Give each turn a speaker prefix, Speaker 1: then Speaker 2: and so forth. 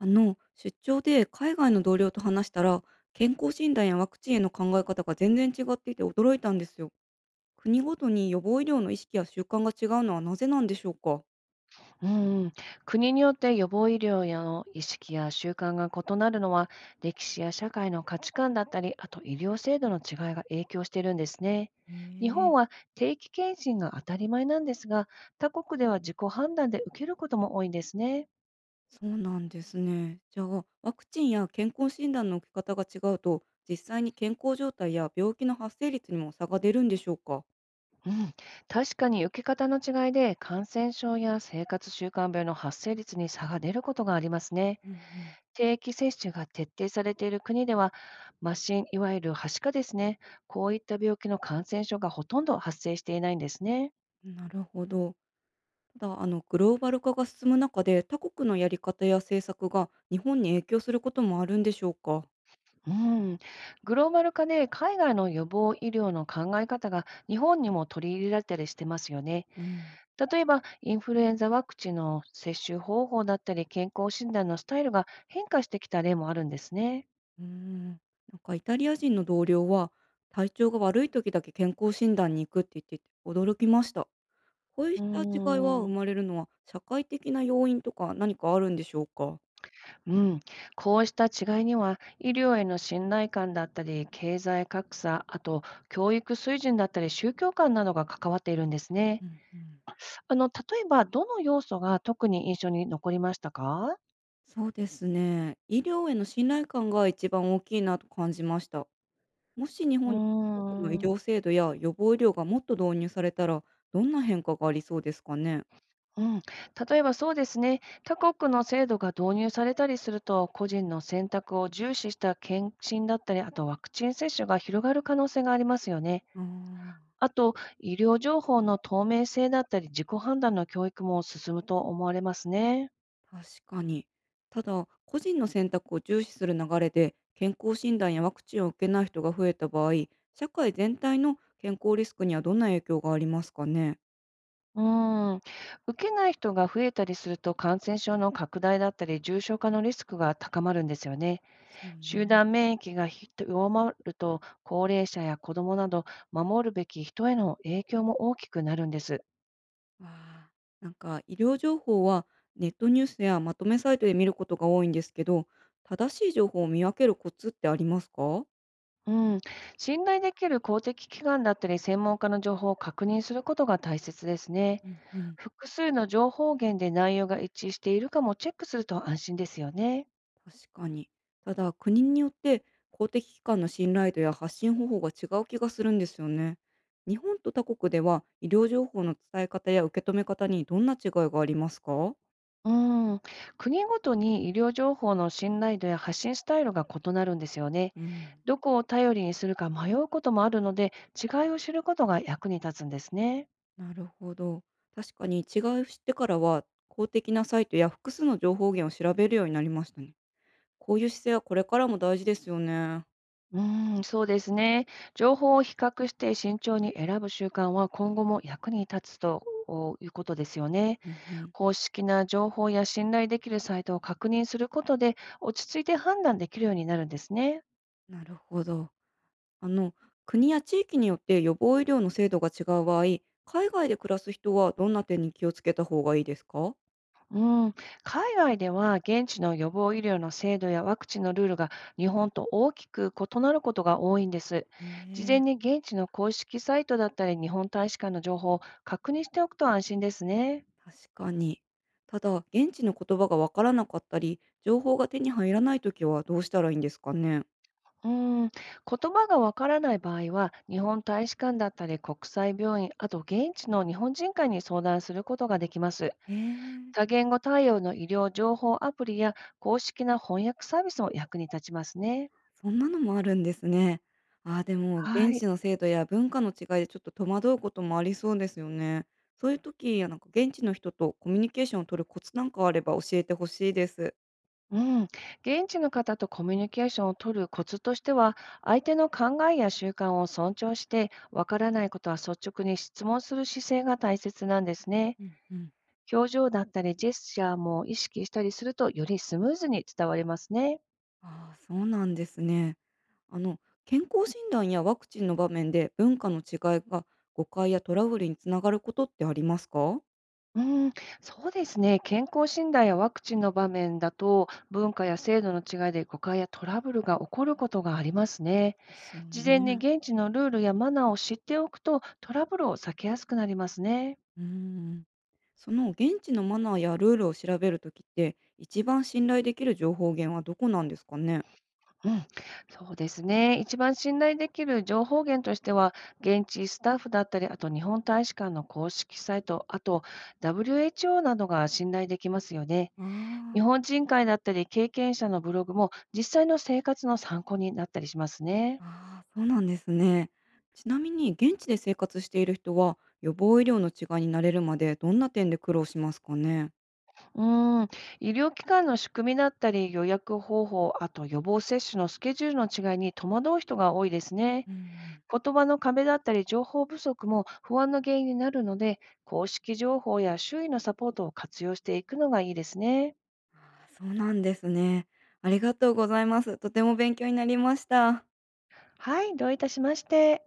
Speaker 1: 出張で海外の同僚と話したら、健康診断やワクチンへの考え方が全然違っていて驚いたんですよ。国ごとに予防医療の意識や習慣が違うのはなぜなんでしょうか？
Speaker 2: うん、国によって予防医療やの意識や習慣が異なるのは、歴史や社会の価値観だったり、あと医療制度の違いが影響しているんですね。
Speaker 1: へえ
Speaker 2: 日本
Speaker 1: ー、
Speaker 2: は定期検診が当たり前なんですが、他国では自己判断で受けることも多いんですね。
Speaker 1: そうなんですね。じゃあ、ワクチンや健康診断の受け方が違うと、実際に健康状態や病気の発生率にも差が出るんでしょうか？
Speaker 2: うん、確かに受け方の違いで感染症や生活習慣病の発生率に差が出ることがありますね。
Speaker 1: うん
Speaker 2: 定期接種が徹底されている国では、麻疹、いわゆるはしかですね、こういった病気の感染症がほとんど発生していないんですね。
Speaker 1: うん。なるほど。ただ、グローバル化が進む中で、他国のやり方や政策が日本に影響することもあるんでしょうか？
Speaker 2: うん、グローバル化で海外の予防医療の考え方が日本にも取り入れられたりしてますよね。
Speaker 1: うん。
Speaker 2: 例えば、インフルエンザワクチンの接種方法だったり、健康診断のスタイルが変化してきた例もあるんですね。
Speaker 1: なんかイタリア人の同僚は、体調が悪い時だけ健康診断に行くって言ってて驚きました。こう
Speaker 2: うー
Speaker 1: した違いは生
Speaker 2: ん
Speaker 1: まれるのは社会的な要因とか何かあるんでしょうか？
Speaker 2: うん、こうした違いには、医療への信頼感だったり、経済格差、あと教育水準だったり宗教観などが関わっているんですね。
Speaker 1: うんうん、
Speaker 2: 例えば、どの要素が特に印象に残りましたか？
Speaker 1: そうですね。医療への信頼感が一番大きいなと感じました。もし日
Speaker 2: うー
Speaker 1: 本に各国の医
Speaker 2: ん、
Speaker 1: 療制度や予防医療がもっと導入されたら、どんな変化がありそうですかね？
Speaker 2: うん、例えばそうですね、他国の制度が導入されたりすると、個人の選択を重視した検診だったり、あとワクチン接種が広がる可能性がありますよね。
Speaker 1: ああー、
Speaker 2: あと、医療情報の透明性だったり、自己判断の教育も進むと思われますね。
Speaker 1: 確かに。ただ、個人の選択を重視する流れで、健康診断やワクチンを受けない人が増えた場合、社会全体の健康リスクにはどんな影響がありますかね。
Speaker 2: うーん。受けない人が増えたりすると、感染症の拡大だったり、重症化のリスクが高まるんですよね。
Speaker 1: ですよ
Speaker 2: 集
Speaker 1: ね。
Speaker 2: 団免疫がひ弱まると、高齢者や子どもなど、守るべき人への影響も大きくなるんです。
Speaker 1: わあ、なんか医療情報はネットニュースやまとめサイトで見ることが多いんですけど、正しい情報を見分けるコツってありますか？
Speaker 2: うん、信頼できる公的機関だったり、専門家の情報を確認することが大切ですね。
Speaker 1: うんうん。
Speaker 2: 複数の情報源で内容が一致しているかもチェックすると安心ですよね。
Speaker 1: 確かに。ただ、国によって公的機関の信頼度や発信方法が違う気がするんですよね。日本と他国では医療情報の伝え方や受け止め方にどんな違いがありますか？
Speaker 2: うん、国ごとに医療情報の信頼度や発信スタイルが異なるんですよね。
Speaker 1: うん、
Speaker 2: どこを頼りにするか迷うこともあるので、違いを知ることが役に立つんですね。
Speaker 1: なるほど。確かに違いを知ってからは公的なサイトや複数の情報源を調べるようになりましたね。こういう姿勢はこれからも大事ですよね。
Speaker 2: うん、そうですね。情報を比較して慎重に選ぶ習慣は、今後も役に立つとおいうことですよね。
Speaker 1: うんうん。
Speaker 2: 公式な情報や信頼できるサイトを確認することで、落ち着いて判断できるようになるんですね。
Speaker 1: なるほど。あの、国や地域によって予防医療の制度が違う場合、海外で暮らす人はどんな点に気をつけた方がいいですか？
Speaker 2: うん、海外では現地の予防医療の制度やワクチンのルールが日本と大きく異なることが多いんです。事
Speaker 1: ね
Speaker 2: 前に
Speaker 1: え、
Speaker 2: 現地の公式サイトだったり、日本大使館の情報を確認しておくと安心ですね。
Speaker 1: 確かに。ただ、現地の言葉がわからなかったり、情報が手に入らないときはどうしたらいいんですかね？
Speaker 2: うん、言葉がわからない場合は、日本大使館だったり国際病院、あと現地の日本人会に相談することができます。
Speaker 1: え
Speaker 2: 多
Speaker 1: え、
Speaker 2: 言語対応の医療情報アプリや公式な翻訳サービスも役に立ちますね。
Speaker 1: そんなのもあるんですね。ああ、でも、現
Speaker 2: はい。
Speaker 1: 地の制度や文化の違いでちょっと戸惑うこともありそうですよね。そういう時、なんか現地の人とコミュニケーションを取るコツなんかあれば教えてほしいです。
Speaker 2: うん、現地の方とコミュニケーションを取るコツとしては、相手の考えや習慣を尊重して、わからないことは率直に質問する姿勢が大切なんですね。
Speaker 1: うんうん。
Speaker 2: 表情だったりジェスチャーも意識したりすると、よりスムーズに伝わりますね。
Speaker 1: ああ、そうなんですね。あの、健康診断やワクチンの場面で文化の違いが誤解やトラブルにつながることってありますか？
Speaker 2: うん、そうですね。健康診断やワクチンの場面だと、文化や制度の違いで誤解やトラブルが起こることがありますね。
Speaker 1: ですよ
Speaker 2: 事前に
Speaker 1: ね。
Speaker 2: 現地のルールやマナーを知っておくと、トラブルを避けやすくなりますね。
Speaker 1: うん。その現地のマナーやルールを調べるときって、一番信頼できる情報源はどこなんですかね？
Speaker 2: うん、そうですね。一番信頼できる情報源としては、現地スタッフだったり、あと日本大使館の公式サイト、あと WHO などが信頼できますよね。
Speaker 1: あ
Speaker 2: 日
Speaker 1: ー
Speaker 2: 本人会だったり、経験者のブログも実際の生活の参考になったりしますね。
Speaker 1: あー、あ、そうなんですね。ちなみに、現地で生活している人は、予防医療の違いになれるまでどんな点で苦労しますかね？
Speaker 2: うん、医療機関の仕組みだったり、予約方法、あと予防接種のスケジュールの違いに戸惑う人が多いですね。
Speaker 1: うん。
Speaker 2: 言葉の壁だったり情報不足も不安の原因になるので、公式情報や周囲のサポートを活用していくのがいいですね。
Speaker 1: あ、そうなんですね。ありがとうございます。とても勉強になりました。
Speaker 2: はい、どういたしまして。